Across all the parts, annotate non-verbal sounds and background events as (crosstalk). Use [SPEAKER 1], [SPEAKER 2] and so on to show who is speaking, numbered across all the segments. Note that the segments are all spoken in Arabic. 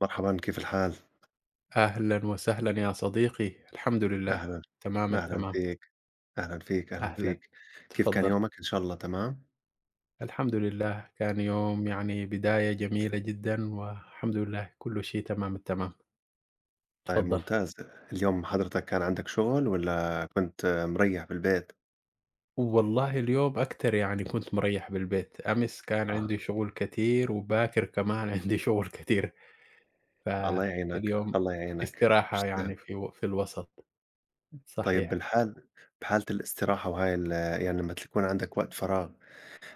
[SPEAKER 1] مرحبًا، كيف الحال؟
[SPEAKER 2] أهلًا وسهلًا يا صديقي، الحمد لله
[SPEAKER 1] أهلًا،
[SPEAKER 2] تمام
[SPEAKER 1] أهلًا
[SPEAKER 2] التمام،
[SPEAKER 1] فيك، أهلًا فيك، أهلًا
[SPEAKER 2] أهلًا،
[SPEAKER 1] فيك. كيف كان
[SPEAKER 2] تفضّل.
[SPEAKER 1] يومك؟ إن شاء الله تمام؟
[SPEAKER 2] الحمد لله كان يوم يعني بداية جميلة جدًا والحمد لله كل شيء تمام التمام،
[SPEAKER 1] طيب
[SPEAKER 2] تفضّل.
[SPEAKER 1] ممتاز. اليوم حضرتك كان عندك شغل والّا كنت مريّح بالبيت؟
[SPEAKER 2] والله اليوم أكتر يعني كنت مريّح بالبيت، أمس كان
[SPEAKER 1] آه،
[SPEAKER 2] عندي شغل كتير وباكر كمان (laughs) عندي شغل كتير،
[SPEAKER 1] الله يعينك،
[SPEAKER 2] فاليوم
[SPEAKER 1] الله يعينك، مش
[SPEAKER 2] استراحة يعني
[SPEAKER 1] سهل.
[SPEAKER 2] في الوسط،
[SPEAKER 1] طيب،
[SPEAKER 2] صحيح،
[SPEAKER 1] بحالة الاستراحة وهاي ال يعني لمّا تكون عندك وقت فراغ،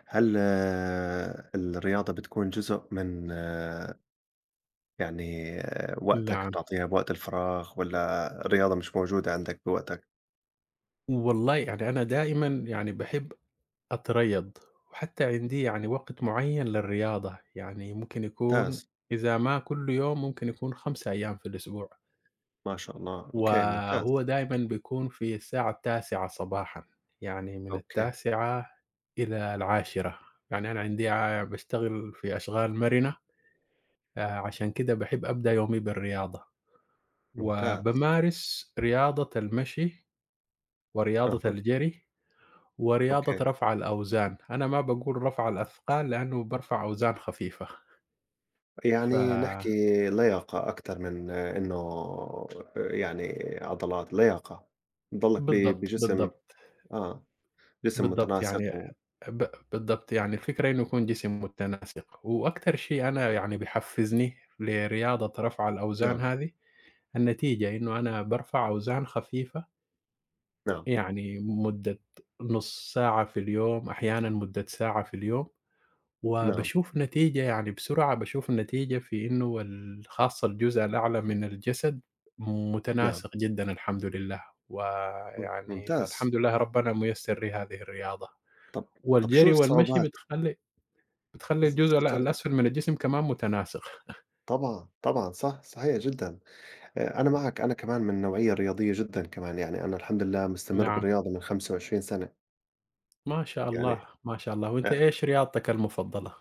[SPEAKER 1] هل الرياضة بتكون جزء من وقتك
[SPEAKER 2] نعم.
[SPEAKER 1] بتعطيها بوقت الفراغ والّا الرياضة مش موجودة عندك بوقتك؟
[SPEAKER 2] والله يعني أنا دائمًا يعني باحب أتريض، وحتى عندي يعني وقت معين للرياضة، يعني ممكن يكون
[SPEAKER 1] ممتاز.
[SPEAKER 2] إذا ما كل يوم ممكن يكون 5 أيام في الأسبوع،
[SPEAKER 1] ما شاء الله، أوكي ممتاز،
[SPEAKER 2] وهو دايمًا بيكون في الساعة 09:00 صباحًا، يعني من
[SPEAKER 1] أوكي
[SPEAKER 2] ال09:00 إلى ال10:00 يعني أنا عندي باشتغل في أشغال مرنة، عشان كده باحب أبدأ يومي بالرياضة،
[SPEAKER 1] ممتاز،
[SPEAKER 2] وبامارس رياضة المشي ورياضة
[SPEAKER 1] أها،
[SPEAKER 2] الجري. ورياضة
[SPEAKER 1] أوكي،
[SPEAKER 2] رفع الأوزان، أنا ما باقول رفع الأثقال لأنه بارفع أوزان خفيفة، ف
[SPEAKER 1] يعني نحكي لياقة أكتر من إنه يعني عضلات، لياقة، بتضلّك ب
[SPEAKER 2] بالضبط،
[SPEAKER 1] بجسم
[SPEAKER 2] بالضبط،
[SPEAKER 1] آه، جسم
[SPEAKER 2] بالضبط يعني
[SPEAKER 1] متناسق و
[SPEAKER 2] ب بالضبط، يعني الفكرة إنه يكون جسم متناسق، وأكتر شيء أنا يعني بيحفزني لرياضة رفع الأوزان
[SPEAKER 1] نعم،
[SPEAKER 2] هذه النتيجة، إنه أنا بارفع أوزان خفيفة
[SPEAKER 1] نعم،
[SPEAKER 2] يعني مدة نُص ساعة في اليوم، أحيانًا مدة ساعة في اليوم.
[SPEAKER 1] نعم،
[SPEAKER 2] وباشوف نتيجة يعني بسرعة باشوف النتيجة في إنه خاصة الجزء الأعلى من الجسد
[SPEAKER 1] نعم،
[SPEAKER 2] متناسق جدًا الحمد لله، ويعني
[SPEAKER 1] ممتاز،
[SPEAKER 2] الحمد لله ربنا ميسّر لي هذه الرياضة،
[SPEAKER 1] طَب طَب شو
[SPEAKER 2] والجري والمشي
[SPEAKER 1] الصعوبات
[SPEAKER 2] بتخلّي
[SPEAKER 1] س
[SPEAKER 2] الجزء
[SPEAKER 1] س
[SPEAKER 2] الأ
[SPEAKER 1] sorry.
[SPEAKER 2] الأسفل من الجسم كمان متناسق. (laughs)
[SPEAKER 1] طبعًا، طبعًا، صح، صحيح جدًا. أنا معك، أنا كمان من النوعية الرياضية جدًا كمان، يعني أنا الحمد لله مستمر
[SPEAKER 2] نعم،
[SPEAKER 1] بالرياضة من 25 سنة.
[SPEAKER 2] ما شاء
[SPEAKER 1] يعني
[SPEAKER 2] الله، ما شاء الله. وأنت
[SPEAKER 1] آه،
[SPEAKER 2] إيش رياضتك المفضلة؟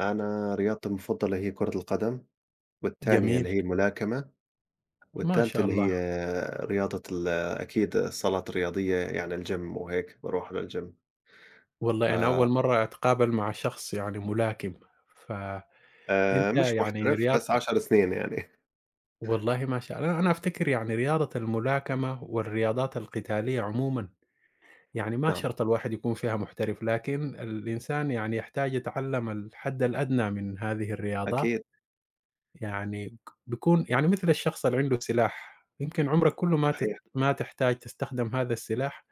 [SPEAKER 1] أنا رياضتي المفضلة هي كرة القدم، والتانية
[SPEAKER 2] جميل،
[SPEAKER 1] اللي هي الملاكمة،
[SPEAKER 2] ما
[SPEAKER 1] والتالتة
[SPEAKER 2] شاء
[SPEAKER 1] اللي هي
[SPEAKER 2] الله.
[SPEAKER 1] رياضة ال أكيد الصالات الرياضية يعني الgym وهيك باروح للgym. ف
[SPEAKER 2] والله أنا أول مرّة أتقابل مع شخص يعني ملاكم، فأنت
[SPEAKER 1] مش
[SPEAKER 2] يعني
[SPEAKER 1] محترف بس
[SPEAKER 2] رياضتك
[SPEAKER 1] 10 سنين يعني (laughs)
[SPEAKER 2] والله ما شاء الله، أنا أفتكر يعني رياضة الملاكمة والرياضات القتالية عمومًا، يعني ما
[SPEAKER 1] نعم،
[SPEAKER 2] شرط الواحد يكون فيها محترف، لكن الإنسان يعني يحتاج يتعلم الحد الأدنى من هذه الرياضات،
[SPEAKER 1] أكيد
[SPEAKER 2] يعني بيكون يعني مثل الشخص اللي عنده سلاح، يمكن عمرك كله ما تت
[SPEAKER 1] صحيح،
[SPEAKER 2] ما تحتاج تستخدم هذا السلاح،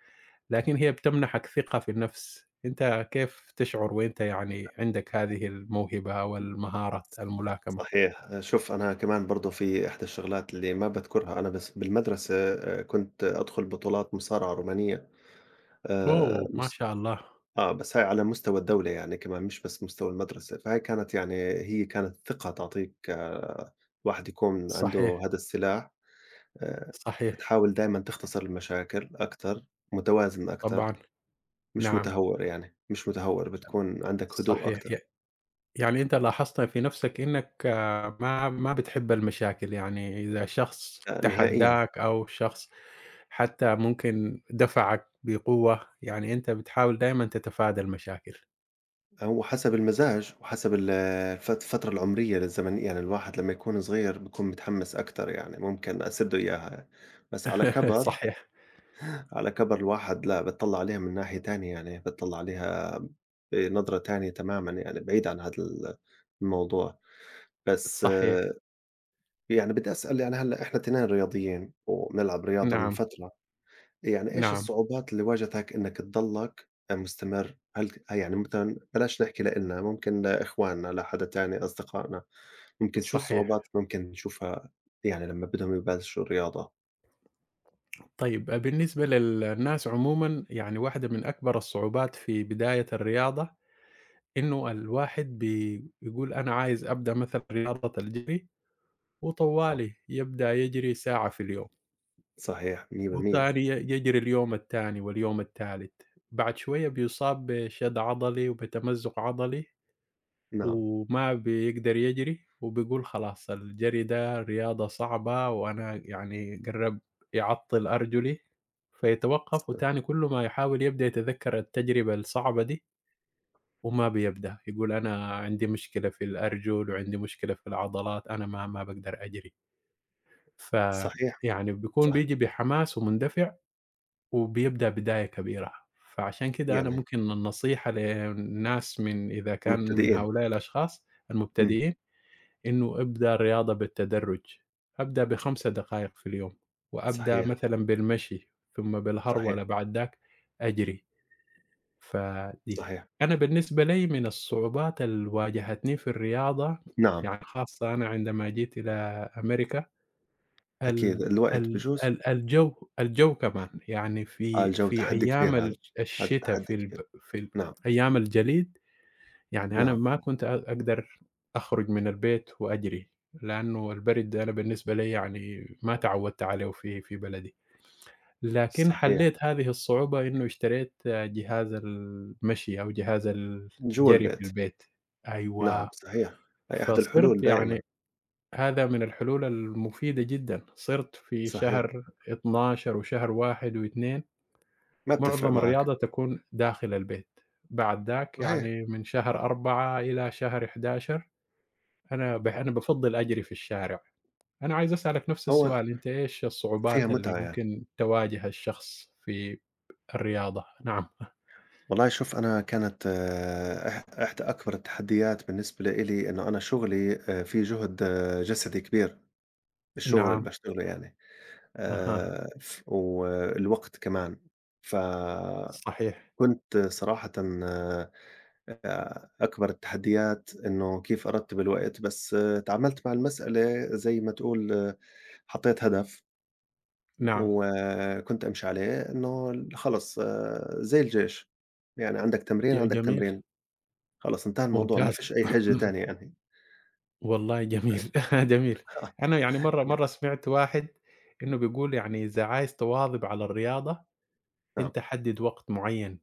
[SPEAKER 2] لكن هي بتمنحك ثقة في النفس، أنت كيف تشعر وأنت يعني عندك هذه الموهبة والمهارة الملاكمة؟
[SPEAKER 1] صحيح. آه، شوف أنا كمان برضه في إحدى الشغلات اللي ما باذكرها أنا بس بالمدرسة، كنت أدخل بطولات مصارعة رومانية.
[SPEAKER 2] أوه! ما
[SPEAKER 1] مص
[SPEAKER 2] شاء الله،
[SPEAKER 1] آه، بس هاي على مستوى الدولة يعني كمان مش بس مستوى المدرسة، فهاي كانت يعني هي كانت ثقة تعطيك. الواحد يكون عنده
[SPEAKER 2] صحيح،
[SPEAKER 1] هذا السلاح، آآ
[SPEAKER 2] صحيح،
[SPEAKER 1] بتحاول دايمًا تختصر المشاكل أكتر، متوازن أكتر،
[SPEAKER 2] طبعًا.
[SPEAKER 1] مش
[SPEAKER 2] نعم،
[SPEAKER 1] متهور يعني، مش متهور بتكون عندك هدوء
[SPEAKER 2] صحيح.
[SPEAKER 1] أكتر،
[SPEAKER 2] يعني أنت لاحظت في نَفْسك إنّك ما بتحب المشاكل، يعني إذا شخص
[SPEAKER 1] لأ نهائيًا.
[SPEAKER 2] تحدّاك أو شخص حتى ممكن دفعك بقوة، يعني أنت بتحاول دايمًا تتفادى المشاكل.
[SPEAKER 1] هو حسب المزاج وحسب ال الف الفترة العمرية للزمن، يعني الواحد لمّا يكون صغير بيكون متحمس أكتر يعني ممكن أسد له إياها، بس على
[SPEAKER 2] (laughs)
[SPEAKER 1] كبر
[SPEAKER 2] صحيح،
[SPEAKER 1] على كَبَر الواحد لأ، بتطلّع عليها من ناحية تانية، يعني بتطلّع عليها بنظرة تانية تمامًا يعني بعيد عن هذا ال الموضوع. بس آه،
[SPEAKER 2] صحيح.
[SPEAKER 1] يعني بدي أسأل، يعني هلّأ إحنا 2 رياضيين وبنلعب رياضة من
[SPEAKER 2] نعم،
[SPEAKER 1] فترة، يعني إيش
[SPEAKER 2] نعم،
[SPEAKER 1] الصعوبات اللي واجهتك إنّك تضلّك مستمر؟ هل يعني مثلًا بلاش نحكي لإلنا، ممكن لإخواننا، لحدا تاني، أصدقائنا، ممكن شو
[SPEAKER 2] صحيح.
[SPEAKER 1] الصعوبات اللي ممكن نشوفها يعني لمّا بدهم يبلشوا الرياضة؟
[SPEAKER 2] طيب بالنسبة للناس عمومًا، يعني واحدة من أكبر الصعوبات في بداية الرياضة إنه الواحد بيقول أنا عايز أبدأ مثلًا رياضة الجري
[SPEAKER 1] آه،
[SPEAKER 2] وطوالي يبدأ يجري ساعة في اليوم،
[SPEAKER 1] صحيح، 100%.
[SPEAKER 2] وتاني يجري اليوم التاني واليوم التالت، بعد شوية بيصاب بشد عضلي وبتمزق عضلي،
[SPEAKER 1] نعم،
[SPEAKER 2] وما بيقدر يجري وبيقول خلاص الجري ده رياضة صعبة وأنا يعني قرّب يعطّل أرجلي، فيتوقف
[SPEAKER 1] ص
[SPEAKER 2] وتاني كل ما يحاول يبدأ يتذكر التجربة الصعبة دي وما بيبدأ، يقول أنا عندي مشكلة في الأرجل وعندي مشكلة في العضلات أنا ما باقدر أجري.
[SPEAKER 1] صحيح،
[SPEAKER 2] فيعني بيكون
[SPEAKER 1] صحيح.
[SPEAKER 2] بييجي بحماس ومندفع وبيبدأ بداية كبيرة، فعشان كده أنا
[SPEAKER 1] يعني
[SPEAKER 2] ممكن النصيحة للناس من إذا كان من
[SPEAKER 1] مبتدئين،
[SPEAKER 2] هؤلاء الأشخاص
[SPEAKER 1] إمم،
[SPEAKER 2] المبتدئين، إنه ابدأ الرياضة بالتدرج، أبدأ ب5 دقائق في اليوم، وأبدأ
[SPEAKER 1] صحيح،
[SPEAKER 2] مثلًا بالمشي، ثم
[SPEAKER 1] صحيح،
[SPEAKER 2] بالهرولة بعد ذاك أجري، فدي
[SPEAKER 1] صحيح،
[SPEAKER 2] أنا بالنسبة لي من الصعوبات اللي واجهتني في الرياضة
[SPEAKER 1] نعم
[SPEAKER 2] يعني خاصة أنا عندما جيت إلى أمريكا
[SPEAKER 1] أكيد
[SPEAKER 2] ال
[SPEAKER 1] الوقت
[SPEAKER 2] ال
[SPEAKER 1] بيجوز.
[SPEAKER 2] ال الجو الجو كمان، يعني
[SPEAKER 1] آه،
[SPEAKER 2] في
[SPEAKER 1] الجو
[SPEAKER 2] في
[SPEAKER 1] تحدي
[SPEAKER 2] أيام
[SPEAKER 1] كبير هذا، هذا
[SPEAKER 2] الشتا
[SPEAKER 1] تحدي
[SPEAKER 2] في الب
[SPEAKER 1] كبير،
[SPEAKER 2] في ال
[SPEAKER 1] نعم،
[SPEAKER 2] أيام الجليد، يعني أنا
[SPEAKER 1] نعم،
[SPEAKER 2] ما كنت أقدر أخرج من البيت وأجري، لأنه البرد ده أنا بالنسبة لي يعني ما تعودت عليه في بلدي، لكن
[SPEAKER 1] صحيح،
[SPEAKER 2] حليت هذه الصعوبة إنه اشتريت جهاز المشي أو جهاز
[SPEAKER 1] جوا
[SPEAKER 2] الجري في
[SPEAKER 1] البيت،
[SPEAKER 2] البيت،
[SPEAKER 1] نعم
[SPEAKER 2] أيوه،
[SPEAKER 1] صحيح، هي إحدى الحلول
[SPEAKER 2] فصرت يعني
[SPEAKER 1] دائمًا،
[SPEAKER 2] هذا من الحلول المفيدة جدًا، صِرت في
[SPEAKER 1] صحيح،
[SPEAKER 2] شهر 12 وشهر 1 و2
[SPEAKER 1] ما بتفرق
[SPEAKER 2] معظم
[SPEAKER 1] معك،
[SPEAKER 2] الرياضة تكون داخل البيت، بعد ذاك
[SPEAKER 1] صحيح،
[SPEAKER 2] يعني من شهر 4 إلى شهر 11 أنا بافضّل أجري في الشارع، أنا عايز أسألك نفس
[SPEAKER 1] هو
[SPEAKER 2] السؤال، أنت إيش
[SPEAKER 1] فيها
[SPEAKER 2] الصعوبات اللي
[SPEAKER 1] متعة يعني.
[SPEAKER 2] ممكن تواجه الشخص في الرياضة؟ نعم،
[SPEAKER 1] والله شوف أنا كانت آه، إح إحدى أكبر التحديات بالنسبة لإلي إنه أنا شغلي، فيه جهد جسدي كبير، الشغل اللي
[SPEAKER 2] نعم،
[SPEAKER 1] باشتغله يعني.
[SPEAKER 2] أها،
[SPEAKER 1] ف والوقت كمان. فكنت
[SPEAKER 2] صحيح،
[SPEAKER 1] صراحةً آآ أكبر التحديات إنه كيف أرتّب الوقت، بس تعاملت مع المسألة زي ما تقول حطّيت هدف
[SPEAKER 2] نعم،
[SPEAKER 1] وكنت أمشي عليه إنه خلص زي الجيش، يعني عندك
[SPEAKER 2] ج
[SPEAKER 1] تمرين، عندك
[SPEAKER 2] جميل،
[SPEAKER 1] تمرين، خلص انتهى الموضوع ما
[SPEAKER 2] ممتاز.
[SPEAKER 1] فيش أي حِجة
[SPEAKER 2] (coughs)
[SPEAKER 1] تانية يعني.
[SPEAKER 2] والله
[SPEAKER 1] بس
[SPEAKER 2] جميل، (laughs) جميل.
[SPEAKER 1] آه،
[SPEAKER 2] أنا يعني مرّة سمعت واحد إنه بيقول يعني إذا عايز تواظب على الرياضة،
[SPEAKER 1] نعم
[SPEAKER 2] أنت حدِّد وقت معيّن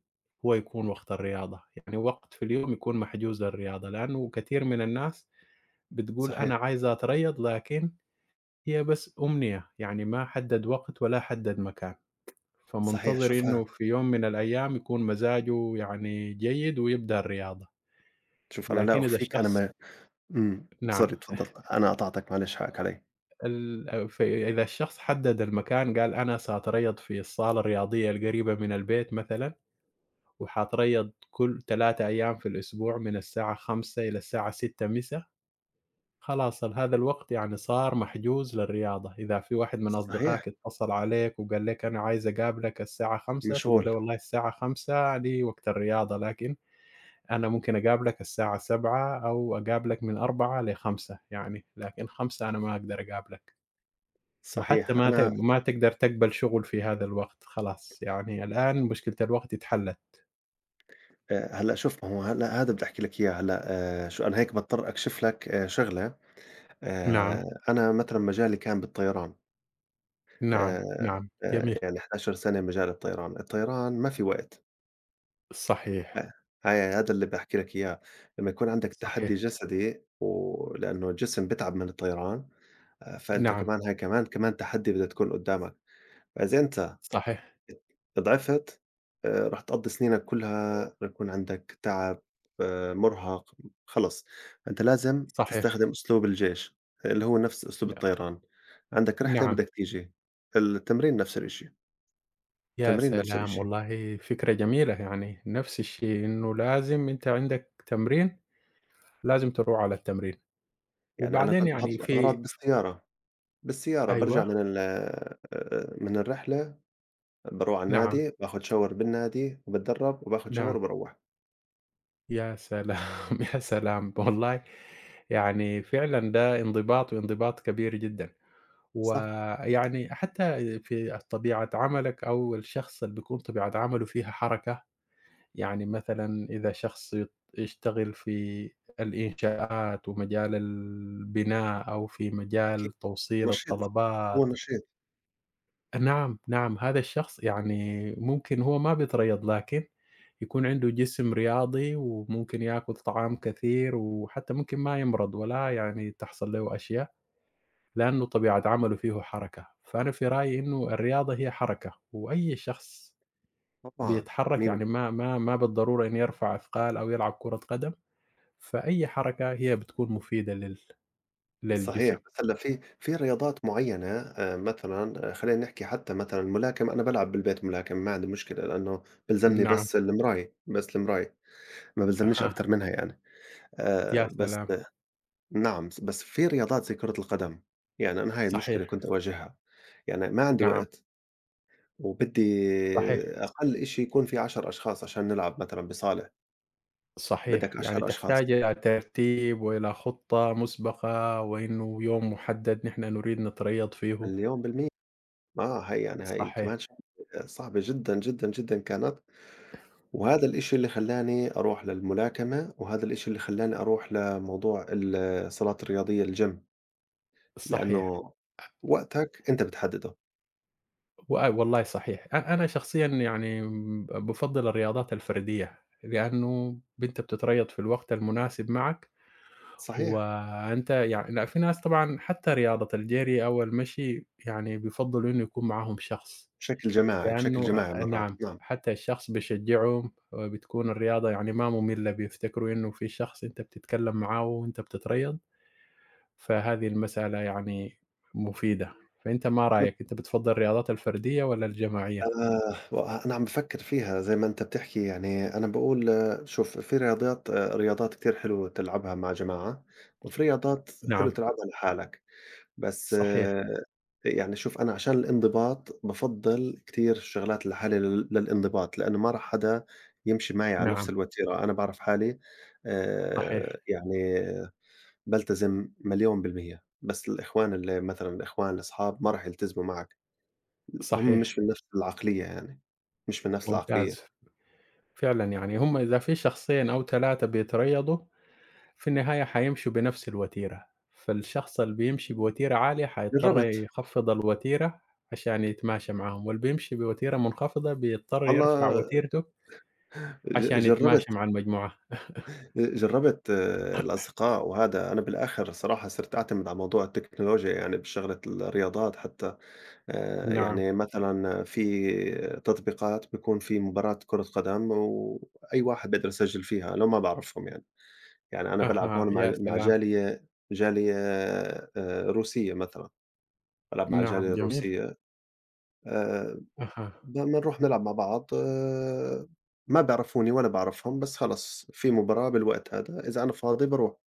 [SPEAKER 2] هو يكون وقت الرياضة، يعني وقت في اليوم يكون محجوز للرياضة، لأنه كثير من الناس بتقول أنا
[SPEAKER 1] صحيح،
[SPEAKER 2] عايزة أتريَض، لكن هي بس أمنية، يعني ما حدَّد وقت ولا حدَّد مكان،
[SPEAKER 1] صحيح.
[SPEAKER 2] فمنتظر إنه في يوم من الأيام يكون مزاجه يعني جيد ويبدأ الرياضة،
[SPEAKER 1] شوف أنا لا
[SPEAKER 2] لكن إذا
[SPEAKER 1] أخفيك أنا
[SPEAKER 2] الشخص
[SPEAKER 1] ما إمم،
[SPEAKER 2] نعم.
[SPEAKER 1] sorry اتفضّل، أنا قطعتك معلش حقّك عليّا.
[SPEAKER 2] فإذا الشخص حدد المكان قال أنا سأتريض في الصالة الرياضية القريبة من البيت مثلًا، وحاتريض كل 3 أيام في الأسبوع من الساعة 17:00 إلى الساعة 18:00 مسا، خلاص هذا الوقت يعني صار محجوز للرياضة، إذا في واحد من أصدقائك
[SPEAKER 1] صحيح،
[SPEAKER 2] اتصل عليك وقال لك أنا عايز أقابلك الساعة 17:00 تقول
[SPEAKER 1] مشغول،
[SPEAKER 2] له والله الساعة 17:00 دي وقت الرياضة، لكن أنا ممكن أقابلك الساعة 19:00 أو أقابلك من 16:00 ل17:00 يعني، لكن 17:00 أنا ما أقدر أقابلك. وحتى
[SPEAKER 1] صحيح.
[SPEAKER 2] ما ت
[SPEAKER 1] أنا
[SPEAKER 2] ما تقدر تقبل شغل في هذا الوقت خلاص، يعني الآن مشكلة الوقت اتحلت.
[SPEAKER 1] هلأ شوف ما هو هلأ هذا بدي أحكي لك إياه هلأ، شو أنا هيك باضطر أكشف لك شغلة.
[SPEAKER 2] نعم،
[SPEAKER 1] آآ أنا مثلًا مجالي كان بالطيران،
[SPEAKER 2] نعم،
[SPEAKER 1] آآ
[SPEAKER 2] نعم، جميل.
[SPEAKER 1] يعني 11 سنة مجال الطيران، الطيران ما في وقت،
[SPEAKER 2] صحيح،
[SPEAKER 1] هاي هذا اللي باحكي لك إياه، لمّا يكون عندك تحدي
[SPEAKER 2] صحيح،
[SPEAKER 1] جسدي ولأنه الجسم بيتعب من الطيران. فأنت
[SPEAKER 2] نعم،
[SPEAKER 1] كمان هاي كمان كمان تحدي بدها تكون قدّامك، فإذا أنت
[SPEAKER 2] صحيح،
[SPEAKER 1] ات اتضعفت راح تقضّي سنينك كلها ويكون عندك تعب، مُرهق، خلص أنت لازم
[SPEAKER 2] صحيح،
[SPEAKER 1] تستخدم أسلوب الجيش، اللي هو نفس أسلوب
[SPEAKER 2] ن
[SPEAKER 1] الطيران، عندك رحلة
[SPEAKER 2] نعم.
[SPEAKER 1] بدك تيجي، التمرين نفس الشيء،
[SPEAKER 2] يا
[SPEAKER 1] التمرين نفس
[SPEAKER 2] سلام!
[SPEAKER 1] الشيء.
[SPEAKER 2] والله فكرة جميلة يعني، نفس الشيء إنه لازم أنت عندك تمرين، لازم تروح على التمرين،
[SPEAKER 1] يعني أنا
[SPEAKER 2] وبعدين
[SPEAKER 1] كنت باحط
[SPEAKER 2] يعني في
[SPEAKER 1] الأغراض
[SPEAKER 2] ف
[SPEAKER 1] بالسيارة، بالسيارة بارجع
[SPEAKER 2] أيوه،
[SPEAKER 1] من ال من الرحلة باروح على
[SPEAKER 2] نعم،
[SPEAKER 1] النادي، باخد shower بالنادي وباتدرب وباخد shower
[SPEAKER 2] نعم،
[SPEAKER 1] وباروّح،
[SPEAKER 2] يا سلام! (laughs) يا سلام! والله يعني فعلًا ده انضباط وانضباط كبير جدًا.
[SPEAKER 1] صح؟
[SPEAKER 2] ويعني حتى في طبيعة عملك أو الشخص اللي بيكون طبيعة عمله فيها حركة، يعني مثلًا إذا شخص يشتغل في الإنشاءات ومجال البناء أو في
[SPEAKER 1] أكيد
[SPEAKER 2] مجال توصيل
[SPEAKER 1] نشيط، هو
[SPEAKER 2] الطلبات
[SPEAKER 1] نشيط
[SPEAKER 2] نعم، نعم، هذا الشخص يعني ممكن هو ما بيتريض لكن يكون عنده جسم رياضي وممكن ياكل طعام كثير وحتى ممكن ما يمرض ولا يعني تحصل له أشياء لأنه طبيعة عمله فيه حركة، فأنا في رأيي إنه الرياضة هي حركة، وأي شخص
[SPEAKER 1] طبعًا.
[SPEAKER 2] بيتحرك
[SPEAKER 1] مي
[SPEAKER 2] يعني ما بالضرورة إنه يرفع أثقال أو يلعب كرة قدم، فأي حركة هي بتكون مفيدة لل
[SPEAKER 1] صحيح،
[SPEAKER 2] للجسم.
[SPEAKER 1] بس هلّأ في رياضات معيّنة، مثلًا آه، خلّينا نحكي حتى مثلًا الملاكمة، أنا بالعب بالبيت ملاكمة ما عندي مشكلة، لإنه بيلزمني
[SPEAKER 2] نعم،
[SPEAKER 1] بس المراية، بس المراية، ما بيلزمنيش
[SPEAKER 2] أها،
[SPEAKER 1] أكتر منها يعني.
[SPEAKER 2] يا
[SPEAKER 1] بس
[SPEAKER 2] سلام!
[SPEAKER 1] نعم، بس في رياضات زي كرة القدم، يعني أنا هاي
[SPEAKER 2] صحيح،
[SPEAKER 1] المشكلة كنت أواجهها، يعني ما عندي
[SPEAKER 2] نعم،
[SPEAKER 1] وقت وبدّي
[SPEAKER 2] صحيح،
[SPEAKER 1] أقل إشي يكون في 10 أشخاص عشان نلعب مثلًا بصالة،
[SPEAKER 2] صحيح،
[SPEAKER 1] بدك
[SPEAKER 2] يعني
[SPEAKER 1] 10 أشخاص،
[SPEAKER 2] تحتاج إلى ترتيب وإلى خطة مسبقة، وإنه يوم محدد نحن نريد نتريض فيه.
[SPEAKER 1] مليون بالمِيّة. آه، هي يعني هي
[SPEAKER 2] صحيح،
[SPEAKER 1] كمان شغلة آه، صعبة جدًا، جدًا، جدًا كانت، وهذا الإشي اللي خلّاني أروح للملاكمة، وهذا الإشي اللي خلّاني أروح لموضوع الصالات الرياضية الgym،
[SPEAKER 2] صحيح.
[SPEAKER 1] لأنه وقتك أنت بتحدّده.
[SPEAKER 2] والله صحيح. أنا شخصيًا يعني بافضّل الرياضات الفردية، لأنه أنت بتتريّض في الوقت المناسب معك،
[SPEAKER 1] صحيح،
[SPEAKER 2] وأنت يعني لأ في ناس طبعًا حتى رياضة الجري أو المشي يعني بيفضّلوا إنه يكون معاهم شخص،
[SPEAKER 1] بشكل جماعي، بشكل
[SPEAKER 2] لأنه
[SPEAKER 1] جماعي
[SPEAKER 2] أ
[SPEAKER 1] مرات،
[SPEAKER 2] نعم،
[SPEAKER 1] نعم.
[SPEAKER 2] حتى الشخص بيشجّعهم وبتكون الرياضة يعني ما مملة، بيفتكروا إنه في شخص أنت بتتكلّم معاه وأنت بتتريّض، فهذه المسألة يعني مفيدة. فأنت ما
[SPEAKER 1] أنا
[SPEAKER 2] رأيك، أنت بتفضّل الرياضات الفردية والّا الجماعية؟
[SPEAKER 1] وأنا عم بافكّر فيها زي ما أنت بتحكي يعني أنا باقول شوف في رياضيات، آه، رياضات كتير حلوة تلعبها مع جماعة، وفي رياضات حلو
[SPEAKER 2] نعم.
[SPEAKER 1] تلعبها لحالك. بس
[SPEAKER 2] صحيح،
[SPEAKER 1] آه، يعني شوف أنا عشان الانضباط بافضّل كتير الشغلات لحالي للانضباط، لإنه ما راح حدا يمشي معي على نفس
[SPEAKER 2] نعم،
[SPEAKER 1] الوتيرة، أنا باعرف حالي.
[SPEAKER 2] صحيح،
[SPEAKER 1] يعني بالتزم مليون بالمِيّة، بس الإخوان اللي مثلًا الإخوان، الأصحاب ما راح يلتزموا معك، هم
[SPEAKER 2] صحيح،
[SPEAKER 1] مش من نفس العقلية يعني، مش من نفس العقلية.
[SPEAKER 2] ممتاز، فعلًا يعني هم إذا في شخصين أو 3 بيتريضوا، في النهاية حيمشوا بنفس الوتيرة، فالشخص اللي بيمشي بوتيرة عالية حيضطر
[SPEAKER 1] جرّبت،
[SPEAKER 2] يخفّض الوتيرة عشان يتماشى معاهم، واللي بيمشي بوتيرة منخفضة بيضطر يرفع
[SPEAKER 1] والله
[SPEAKER 2] وتيرته
[SPEAKER 1] ج
[SPEAKER 2] عشان يتماشى
[SPEAKER 1] جرّبت،
[SPEAKER 2] مع المجموعة،
[SPEAKER 1] آه، الأصدقاء، وهذا أنا بالآخر صراحة صرت أعتمد على موضوع التكنولوجيا يعني بشغلة الرياضات حتى،
[SPEAKER 2] نعم،
[SPEAKER 1] يعني مثلًا في تطبيقات بيكون في مباراة كرة قدم وأي واحد بيقدر يسجّل فيها لو ما باعرفهم يعني، يعني أنا بالعب
[SPEAKER 2] أها،
[SPEAKER 1] هون
[SPEAKER 2] يا
[SPEAKER 1] مع
[SPEAKER 2] سلام،
[SPEAKER 1] جالية روسية مثلًا، بالعب مع
[SPEAKER 2] نعم،
[SPEAKER 1] الجالية
[SPEAKER 2] جميل،
[SPEAKER 1] الروسية. آآ،
[SPEAKER 2] أها.
[SPEAKER 1] بنروح نلعب مع بعض، ما بيعرفوني ولا باعرفهم بس خلص في مباراة بالوقت هذا إذا أنا فاضي باروح.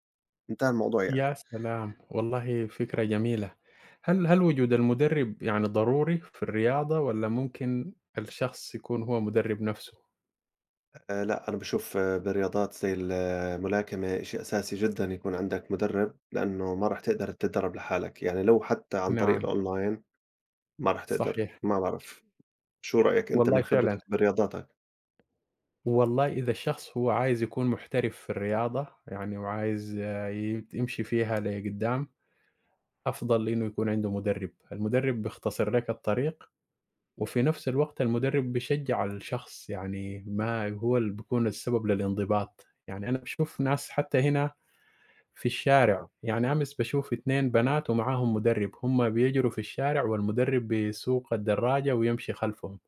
[SPEAKER 1] انتهى الموضوع يعني.
[SPEAKER 2] يا سلام! والله فكرة جميلة. هل وجود المدرب يعني ضروري في الرياضة والّا ممكن الشخص يكون هو مدرب نفسه؟
[SPEAKER 1] لأ، أنا باشوف بالرياضات زي الملاكمة شيء أساسي جدًا يكون عندك مدرب، لأنه ما راح تقدر تتدرب لحالك، يعني لو حتى عن طريق
[SPEAKER 2] نعم،
[SPEAKER 1] الonline ما راح تقدر،
[SPEAKER 2] صحيح.
[SPEAKER 1] ما بعرف، شو رأيك أنت
[SPEAKER 2] والله
[SPEAKER 1] من خبرتك
[SPEAKER 2] فعلًا.
[SPEAKER 1] برياضاتك؟
[SPEAKER 2] والله إذا الشخص هو عايز يكون محترف في الرياضة، يعني وعايز آه، ي يمشي فيها لقدام، أفضل إنه يكون عنده مدرب. المدرب بيختصر لك الطريق، وفي نفس الوقت المدرب بيشجع الشخص، يعني ما هو اللي بيكون السبب للانضباط. يعني أنا باشوف ناس حتى هنا في الشارع،
[SPEAKER 1] آه،
[SPEAKER 2] يعني أمس باشوف 2 بنات ومعاهم مُدرِّب، هم بيجروا في الشارع والمُدرِّب بيسوق الدراجة ويمشي خلفهم،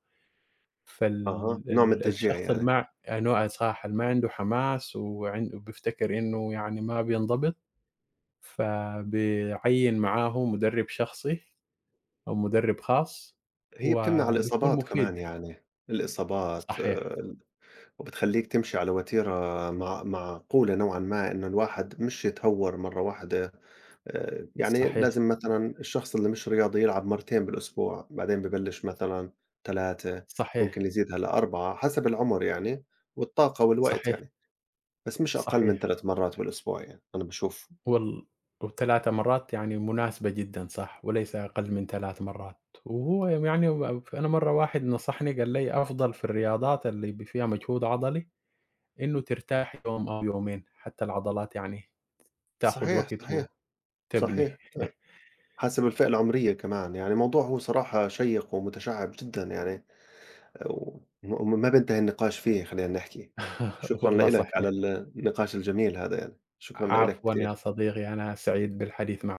[SPEAKER 1] أها،
[SPEAKER 2] فال
[SPEAKER 1] نوع من
[SPEAKER 2] ال
[SPEAKER 1] التشجيع
[SPEAKER 2] الشخص اللي
[SPEAKER 1] يعني،
[SPEAKER 2] ما أيوه صح، اللي ما عنده حماس وبيفتكر إنه يعني ما بينضبط، فبيعيّن معاه مُدرِّب شخصي أو مُدرِّب خاص
[SPEAKER 1] هي بتمنع
[SPEAKER 2] وبيكون
[SPEAKER 1] الإصابات كمان
[SPEAKER 2] مفيد.
[SPEAKER 1] يعني، الإصابات
[SPEAKER 2] صحيح،
[SPEAKER 1] آه، ال وبتخلّيك تمشي على وتيرة معقولة نوعًا ما إنه الواحد مش يتهور مرة واحدة. يعني
[SPEAKER 2] صحيح،
[SPEAKER 1] لازم مثلًا الشخص اللي مش رياضي يلعب مرتين بالأسبوع، بعدين ببلش مثلًا 3، ممكن
[SPEAKER 2] صحيح،
[SPEAKER 1] يزيدها ل4 حسب العمر يعني، والطاقة والوقت
[SPEAKER 2] صحيح،
[SPEAKER 1] يعني، بس مش أقل من
[SPEAKER 2] صحيح.
[SPEAKER 1] 3 مرات بالأسبوع يعني، أنا باشوف.
[SPEAKER 2] وال و3 مرات يعني مناسبة جدًا صح، وليس أقل من 3 مرات، وهو يعني أنا مرّة واحد نصحني قال لي: "أفضل في الرياضات اللي فيها مجهود عضلي إنه ترتاح يوم أو يومين، حتى العضلات يعني تاخد
[SPEAKER 1] صحيح،
[SPEAKER 2] وقت
[SPEAKER 1] صحيح، صحيح،
[SPEAKER 2] وتبني."
[SPEAKER 1] حسب الفئة العمرية كمان، يعني الموضوع هو صراحة شيّق ومتشعّب جدًا يعني و وم ما بينتهي النقاش فيه خلّينا نحكي.
[SPEAKER 2] (laughs)
[SPEAKER 1] شكرًا
[SPEAKER 2] والله
[SPEAKER 1] لإلك
[SPEAKER 2] صحيح.
[SPEAKER 1] على النقاش الجميل هذا يعني، شكرًا لإلك
[SPEAKER 2] عفوًا يا
[SPEAKER 1] كتير.
[SPEAKER 2] صديقي، أنا سعيد بالحديث معك.